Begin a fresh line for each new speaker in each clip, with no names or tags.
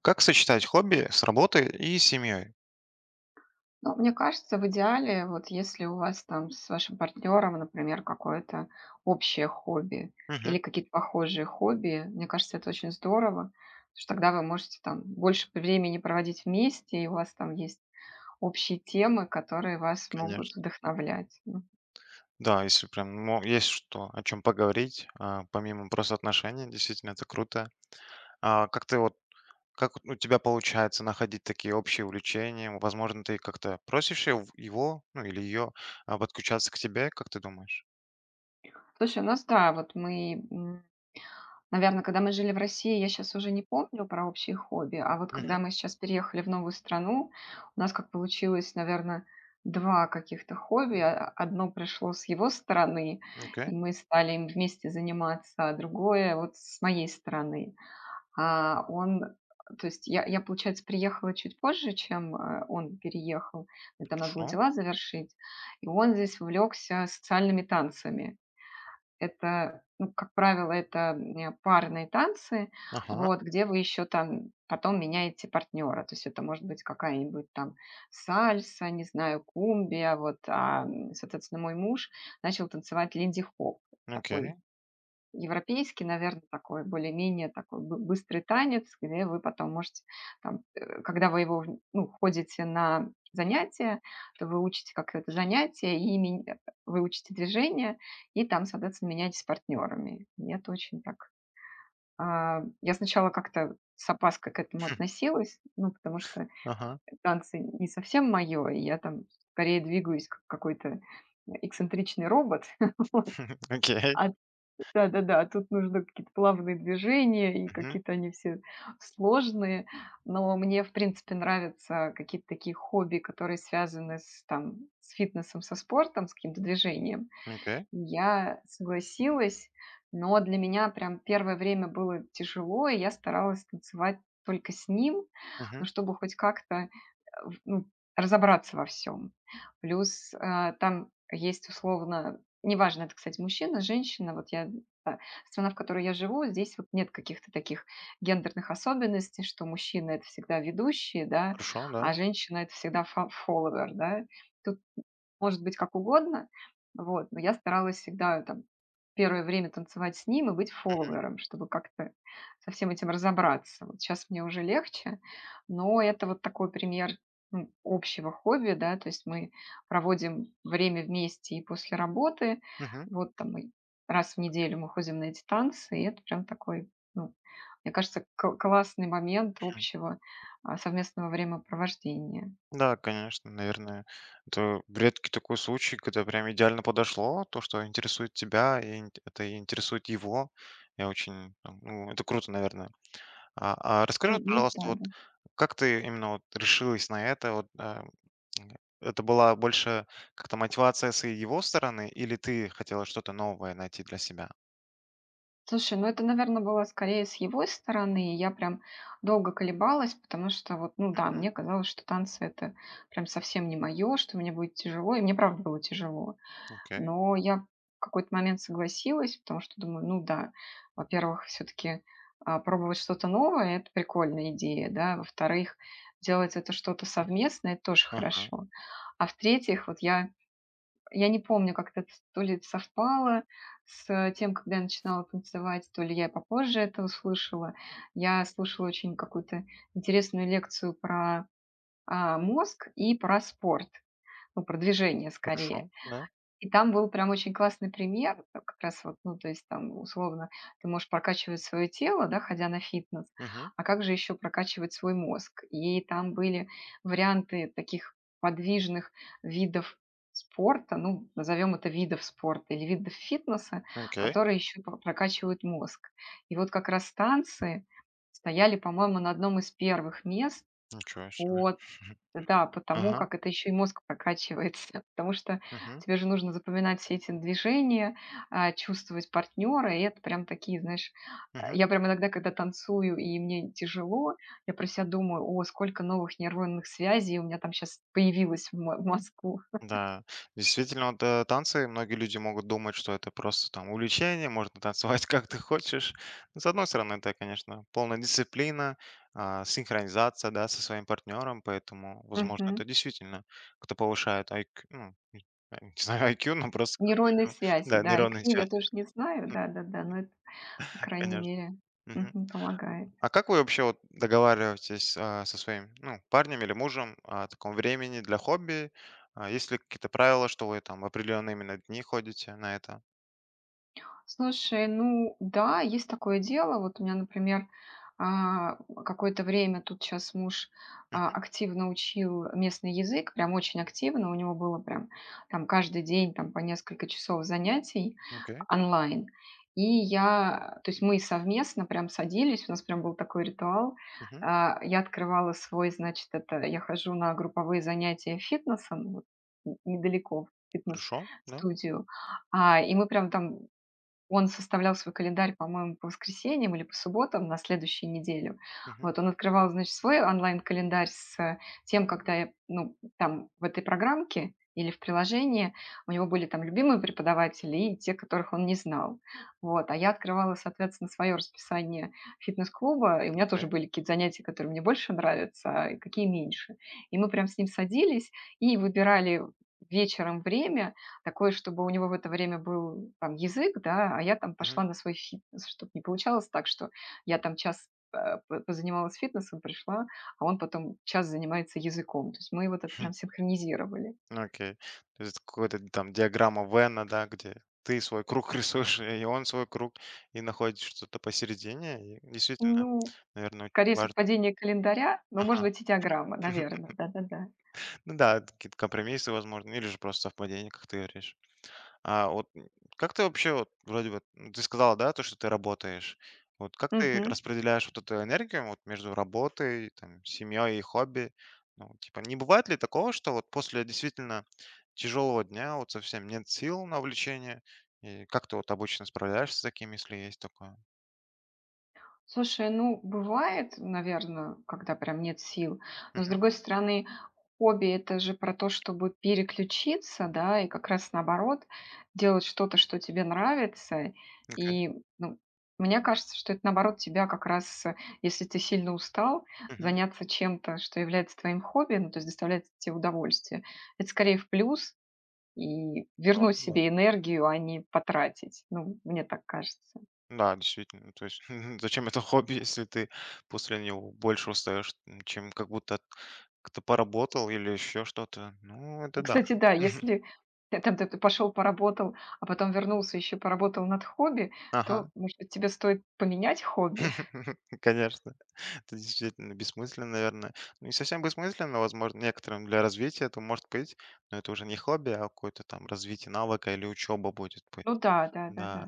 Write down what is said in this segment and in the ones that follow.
Как сочетать хобби с работой и семьей?
Ну, мне кажется, в идеале, вот если у вас там с вашим партнером, например, какое-то общее хобби
Мгм.
или какие-то похожие хобби, мне кажется, это очень здорово, потому что тогда вы можете там больше времени проводить вместе, и у вас там есть общие темы, которые вас могут
Конечно.
вдохновлять. Ну,
Да, если прям, ну, есть что, о чем поговорить, помимо просто отношений, действительно, это круто. А как ты вот, как у тебя получается находить такие общие увлечения? Возможно, ты как-то просишь его, ну или ее подключаться к тебе, как ты думаешь?
Слушай, у нас, да, вот мы Наверное, когда мы жили в России, я сейчас уже не помню про общие хобби, а вот когда
Мгм.
мы сейчас переехали в новую страну, у нас как получилось, наверное, 2 каких-то хобби. Одно пришло с его стороны,
Окей,
и мы стали им вместе заниматься, а другое вот с моей стороны. А, он, то есть я, получается, приехала чуть позже, чем, он переехал. Мне там надо было
хорошо.
дела завершить. И он здесь увлекся социальными танцами. Это, ну, как правило, это, парные танцы,
Ага,
вот, где вы еще там потом меняете партнера. То есть это может быть какая-нибудь там сальса, не знаю, кумбия. Соответственно, мой муж начал танцевать линди-хоп.
окей.
Такой европейский, наверное, такой более-менее такой бы быстрый танец, где вы потом можете там, когда вы его, ходите на занятия, то вы учите как это занятие вы учите движение, и там, соответственно, меняетесь партнерами. Я сначала как-то с опаской к этому относилась, ну, потому что
Ага,
танцы не совсем моё, и я там скорее двигаюсь как какой-то эксцентричный робот.
окей.
А Да-да-да, тут нужны какие-то плавные движения, и
Мгм.
какие-то они все сложные. Но мне, в принципе, нравятся какие-то такие хобби, которые связаны с, там, с фитнесом, со спортом, с каким-то движением.
Окей.
Я согласилась, но для меня прям первое время было тяжело, и я старалась танцевать только с ним, ну,
Мгм.
чтобы хоть как-то в ну, разобраться во всем. Плюс, там есть условно, неважно, это, кстати, мужчина, женщина. Вот я та Страна, в которой я живу, здесь вот нет каких-то таких гендерных особенностей, что мужчина — это всегда ведущий, да,
Хорошо, да.
а женщина — это всегда фолловер, да. Тут может быть как угодно. Вот, но я старалась всегда там первое время танцевать с ним и быть фолловером, чтобы как-то со всем этим разобраться. Вот сейчас мне уже легче, но это вот такой пример ну, общего хобби, да, то есть мы проводим время вместе и после работы,
Мгм.
вот там мы 1 раз в неделю мы ходим на эти танцы, и это прям такой, ну, мне кажется, классный момент совместного времяпровождения.
Да, конечно, наверное. Это редкий такой случай, когда прям идеально подошло то, что интересует тебя, и это и интересует его. Я очень, там, ну, это круто, наверное. А расскажи, вот,
Ну, да.
пожалуйста, вот как ты именно вот решилась на это? Вот, м, это была больше как-то мотивация с его стороны, или ты хотела что-то новое найти для себя?
Слушай, ну это, наверное, было скорее с его стороны. Я прям долго колебалась, потому что вот, ну да,
М,
мне казалось, что танцы — это прям совсем не мое, что мне будет тяжело, и мне правда было тяжело.
Окей.
Но я в какой-то момент согласилась, потому что думаю, ну да, во-первых, все таки пробовать что-то новое — это прикольная идея, да. Во-вторых, делать это что-то совместное это тоже
Ага.
хорошо. А в-третьих, я не помню, как это то ли совпало с тем, когда я начинала танцевать, то ли я попозже это услышала. Я слушала очень какую-то интересную лекцию про, мозг и про спорт, ну, про движение скорее.
Хорошо. Да.
И там был прям очень классный пример, как раз вот, ну, то есть там, условно, ты можешь прокачивать свое тело, да, ходя на фитнес,
Мгм.
а как же еще прокачивать свой мозг? И там были варианты таких подвижных видов спорта, ну, назовем это видов спорта или видов фитнеса,
Окей.
которые еще прокачивают мозг. И вот как раз танцы стояли, по-моему, на одном из первых мест
Ничего себе.
по да, потому
Ага.
как это еще и мозг прокачивается, потому что
Мгм.
тебе же нужно запоминать все эти движения, чувствовать партнера, и это прям такие, знаешь,
Мгм.
я прям иногда, когда танцую и мне тяжело, я про себя думаю, о, сколько новых нейронных связей у меня там сейчас появилось в, мозгу.
Да, действительно, вот, танцы, многие люди могут думать, что это просто там увлечение, можно танцевать как ты хочешь. С одной стороны, это, конечно, полная дисциплина, синхронизация, да, со своим партнером, поэтому, возможно, это
Мгм.
действительно кто повышает IQ, ну, не знаю, IQ, но просто, как
Нейронные
минимум,
связи,
да,
да,
нейронные
IQ
связи,
я тоже не знаю, да-да-да, но это, по крайней
конечно.
мере,
Мгм.
мгм, помогает.
А как вы вообще вот договариваетесь, со своим, ну, парнем или мужем о таком времени для хобби? А, есть ли какие-то правила, что вы там в определенные именно дни ходите на это?
Слушай, ну да, есть такое дело. Вот у меня, например, а, какое-то время тут сейчас муж
Мгм.
активно учил местный язык, прям очень активно. У него было прям там каждый день там по несколько часов занятий
Окей.
онлайн. И я, то есть мы совместно прям садились, у нас прям был такой ритуал.
Мгм.
Я открывала свой, значит, это я хожу на групповые занятия фитнесом, вот, недалеко в
Хорошо, да.
фитнес-студию, и мы прям там он составлял свой календарь, по-моему, по воскресеньям или по субботам на следующую неделю.
Мгм.
Вот он открывал, значит, свой онлайн-календарь с тем, когда я, ну, там в этой программке или в приложении у него были там любимые преподаватели и те, которых он не знал. Вот. А я открывала, соответственно, свое расписание фитнес-клуба, и у меня тоже
Окей.
были какие-то занятия, которые мне больше нравятся, а какие меньше. И мы прям с ним садились и выбирали вечером время, такое, чтобы у него в это время был там язык, да, а я там
Мгм.
пошла на свой фитнес, чтобы не получалось так, что я там час позанималась фитнесом, пришла, а он потом час занимается языком. То есть мы вот это прям синхронизировали.
Окей. То есть какой-то там диаграмма Венна, да, где ты свой круг рисуешь, и он свой круг, и находишь что-то посередине. И действительно,
Ну,
наверное,
скорее
важно.
совпадение календаря, но, может
Ага.
быть, и диаграмма, наверное, да-да-да.
Ну да, какие-то компромиссы, возможно, или же просто совпадение, как ты говоришь. А вот, как ты вообще, вот вроде бы, ну, ты сказала, да, то, что ты работаешь. Вот как ты
Мгм.
распределяешь вот эту энергию вот между работой, там, семьей и хобби? Ну, типа, не бывает ли такого, что вот после действительно тяжелого дня вот совсем нет сил на увлечение? И как ты вот обычно справляешься с таким, если есть такое?
Слушай, ну, бывает, наверное, когда прям нет сил. Но, с
Мгм.
другой стороны, хобби — это же про то, чтобы переключиться, да, и как раз наоборот, делать что-то, что тебе нравится.
Окей.
И, ну, мне кажется, что это, наоборот, тебя как раз, если ты сильно устал,
Мгм.
заняться чем-то, что является твоим хобби, ну, то есть доставляет тебе удовольствие, это скорее в плюс и вернуть
Ладно, да.
себе энергию, а не потратить. Ну, мне так кажется.
Да, действительно. То есть зачем это хобби, если ты после него больше устаешь, чем как будто кто поработал или еще что-то. Ну, это да.
Кстати, да, если там ты пошел поработал, а потом вернулся, еще поработал над хобби,
Ага.
то, может быть, тебе стоит поменять хобби?
Конечно. Это действительно бессмысленно, наверное. Ну, не совсем бессмысленно, возможно, некоторым для развития это может быть, но это уже не хобби, а какое-то там развитие навыка или учеба будет.
Ну да, да, да, да.
Да.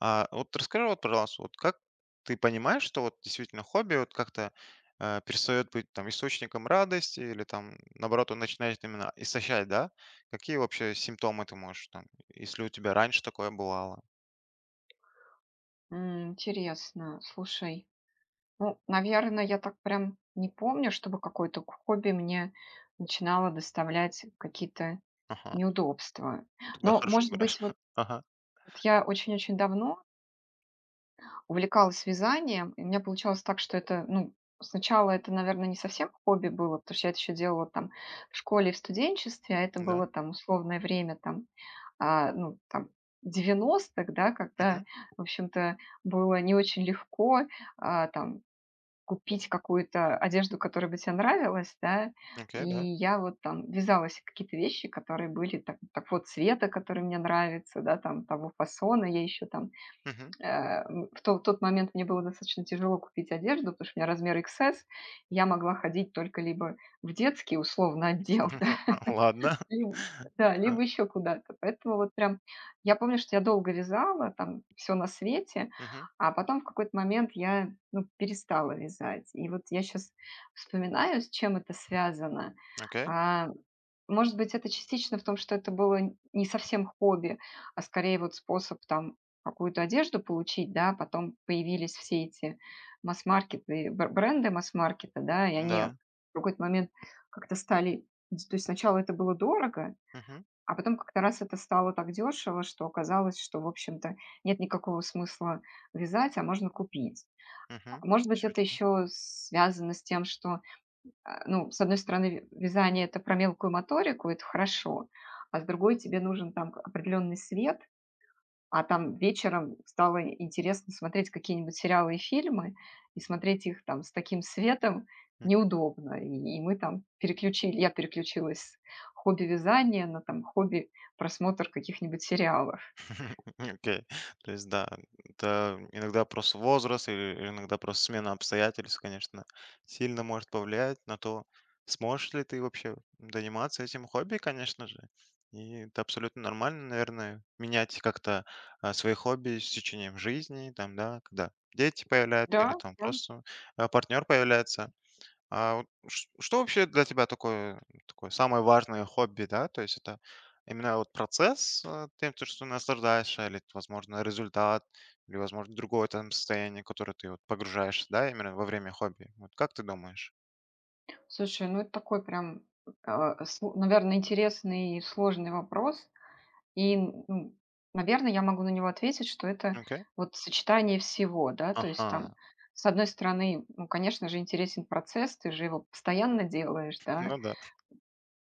А вот расскажи, вот, пожалуйста, вот как ты понимаешь, что вот действительно хобби вот как-то перестает быть там источником радости или там наоборот он начинает именно истощать, да? Какие вообще симптомы ты можешь там, если у тебя раньше такое бывало?
Интересно. Слушай, ну, наверное, я так прям не помню, чтобы какое-то хобби мне начинало доставлять какие-то
Ага,
неудобства.
ну тогда
Но,
хорошо
может
играешь.
быть, вот
Ага,
вот я очень-очень давно увлекалась вязанием, и у меня получалось так, что это, ну, сначала это, наверное, не совсем хобби было, потому что я это еще делала там в школе и в студенчестве, а это
да,
было там условное время там, ну, там 90-х, да, когда,
мгм,
в общем-то, было не очень легко там купить какую-то одежду, которая бы тебе нравилась, да, и
окей, да,
я вот там вязалась в какие-то вещи, которые были так, такого цвета, который мне нравится, да, там того фасона, я еще там
мгм,
Э, в то в тот момент мне было достаточно тяжело купить одежду, потому что у меня размер XS. Я могла ходить только либо в детский, условно, отдел,
а, ладно.
либо да,
А,
либо еще куда-то. Поэтому вот прям я помню, что я долго вязала там все на свете,
мгм,
а потом в какой-то момент я, ну, перестала вязать. И вот я сейчас вспоминаю, с чем это связано.
окей,
А Может быть, это частично в том, что это было н не совсем хобби, а скорее вот способ там какую-то одежду получить, да. Потом появились все эти масс-маркеты, бр бренды масс-маркета, да, и они в
да,
какой-то момент как-то стали дь то есть сначала это было дорого,
мгм,
а потом как-то раз это стало так дешево, что оказалось, что, в общем-то, нет никакого смысла вязать, а можно купить. А
мгм,
может быть,
всё.
это еще связано с тем, что ну, с одной стороны, вязание это про мелкую моторику, это хорошо, а с другой тебе нужен там определенный свет, а там вечером стало интересно смотреть какие-нибудь сериалы и фильмы, и смотреть их там с таким светом неудобно. И мы там переключили, я переключилась с хобби вязания на там хобби просмотр каких-нибудь сериалов.
Окей. То есть, да, это иногда просто возраст или иногда просто смена обстоятельств, конечно, сильно может повлиять на то, сможешь ли ты вообще заниматься этим хобби, конечно же. И это абсолютно нормально, наверное, менять как-то свои хобби с течением жизни, там, да, когда дети появляются или
Да,
там
да.
просто партнер появляется. А вот ш что вообще для тебя такое самое важное хобби, да? То есть это именно вот процесс, то, что наслаждаешься, или, возможно, результат, или, возможно, другое там состояние, которое ты вот погружаешься, да, именно во время хобби. Вот как ты думаешь?
Слушай, ну это такой прям, наверное, интересный и сложный вопрос. И, ну, наверно, я могу на него ответить, что это
Окей.
вот сочетание всего, да. То есть там,
Ага.
с одной стороны, ну, конечно же, интересен процесс, ты же его постоянно делаешь, да.
Ну да.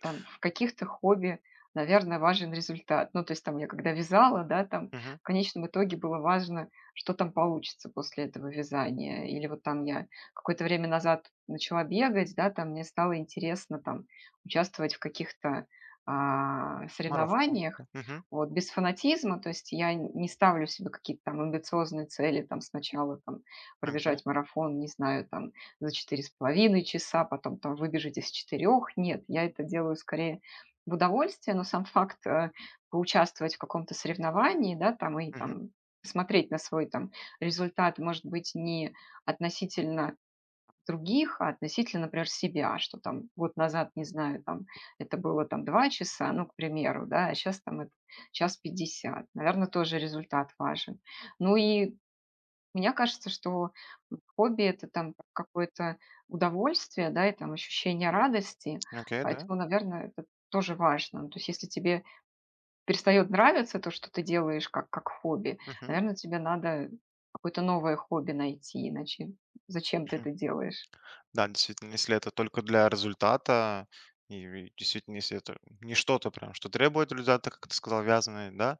Там в каких-то хобби, наверное, важен результат. Ну, то есть там я когда вязала, да, там
Мгм.
в конечном итоге было важно, что там получится после этого вязания. Или вот там я какое-то время назад начала бегать, да, там мне стало интересно там участвовать в каких-то
Марафон,
соревнованиях,
да. Мгм.
вот, без фанатизма, то есть я не ставлю себе какие-то там амбициозные цели, там сначала там
Окей.
пробежать марафон, не знаю, там за 4,5 часа, потом там выбежите с четырех, нет, я это делаю скорее в удовольствие, но сам факт поучаствовать в каком-то соревновании, да, там и
Мгм.
там смотреть на свой там результат, может быть, не относительно других, а относительно, например, себя, что там год назад, не знаю, там это было там 2 часа, ну, к примеру, да, а сейчас там это 1:50, наверное, тоже результат важен. Ну и мне кажется, что, хобби — это там какое-то удовольствие, да, и там ощущение радости,
Окей, да.
поэтому, наверное, это тоже важно. То есть если тебе перестает нравиться то, что ты делаешь как хобби,
Мгм.
наверное, тебе надо какое-то новое хобби найти, иначе зачем ты
Хм.
это делаешь?
Да, действительно, если это только для результата, и действительно, если это не что-то прям, что требует результата, как ты сказал, вязаное, да.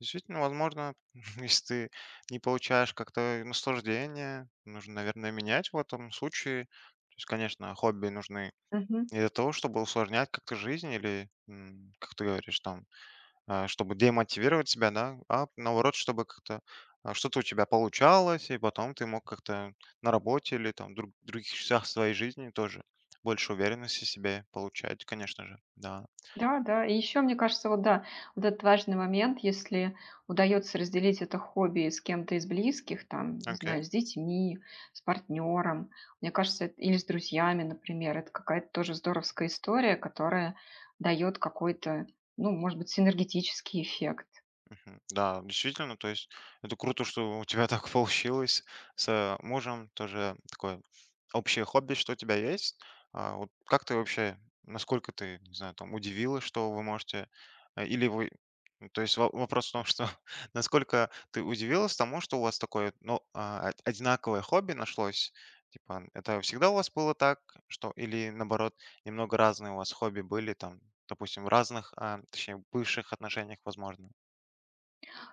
Действительно, возможно, если ты не получаешь как-то наслаждение, нужно, наверное, менять в этом случае. То есть, конечно, хобби нужны
Мгм.
не для того, чтобы усложнять как-то жизнь или, как ты говоришь, там, чтобы демотивировать себя, да, а наоборот, чтобы как-то что-то у тебя получалось, и потом ты мог как-то на работе или там других частях своей жизни тоже больше уверенности в себе получать, конечно же. Да.
Да, да. И еще, мне кажется, вот да, вот этот важный момент, если удается разделить это хобби с кем-то из близких, там, не
Окей.
знаю, с детьми, с партнером, мне кажется, это- или с друзьями, например, это какая-то тоже здоровская история, которая дает какой-то, ну, может быть, синергетический эффект.
Да, действительно, то есть это круто, что у тебя так получилось с мужем, тоже такое общее хобби, что у тебя есть. А вот как ты вообще, насколько ты, не знаю, там удивилась, что вы можете, или вы, ну, то есть вопрос в том, что насколько ты удивилась тому, что у вас такое, ну, одинаковое хобби нашлось, типа, это всегда у вас было так, что, или наоборот, немного разные у вас хобби были, там, допустим, в разных, а, точнее, бывших отношениях, возможно.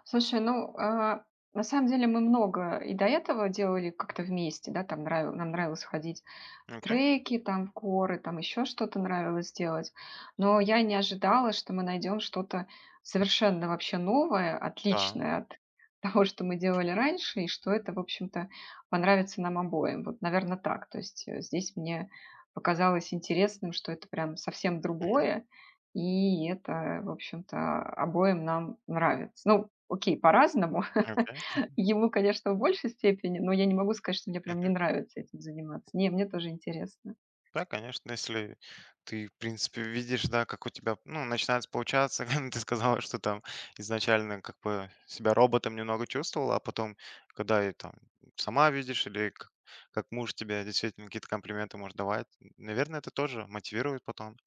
Слушай, ну, на самом деле мы много и до этого делали как-то вместе, да, там нам нравилось ходить в треки, там в коры, там еще что-то нравилось делать. Но я не ожидала, что мы найдем что-то совершенно вообще новое,
Да,
отличное от того, что мы делали раньше, и что это, в общем-то, понравится нам обоим. Вот, наверное, так. То есть здесь мне показалось интересным, что это прям совсем
мгм,
другое, и это, в общем-то, обоим нам нравится. Ну, окей, по-разному.
окей,
Ему, конечно, в большей степени, но я не могу сказать, что мне прям
мгм.
не нравится этим заниматься. Не, мне тоже интересно.
Да, конечно, если ты, в принципе, видишь, да, как у тебя, ну, начинается получаться. Ты сказала, что там изначально как бы себя роботом немного чувствовала, а потом, когда и там сама видишь или как муж тебе действительно какие-то комплименты может давать, наверное, это тоже мотивирует потом.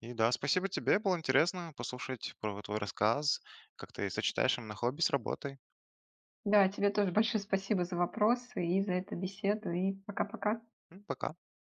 И да, спасибо тебе, было интересно послушать про твой рассказ, как ты сочетаешь именно хобби с работой.
Да, тебе тоже большое спасибо за вопросы и за эту беседу. И пока-пока.
Пока.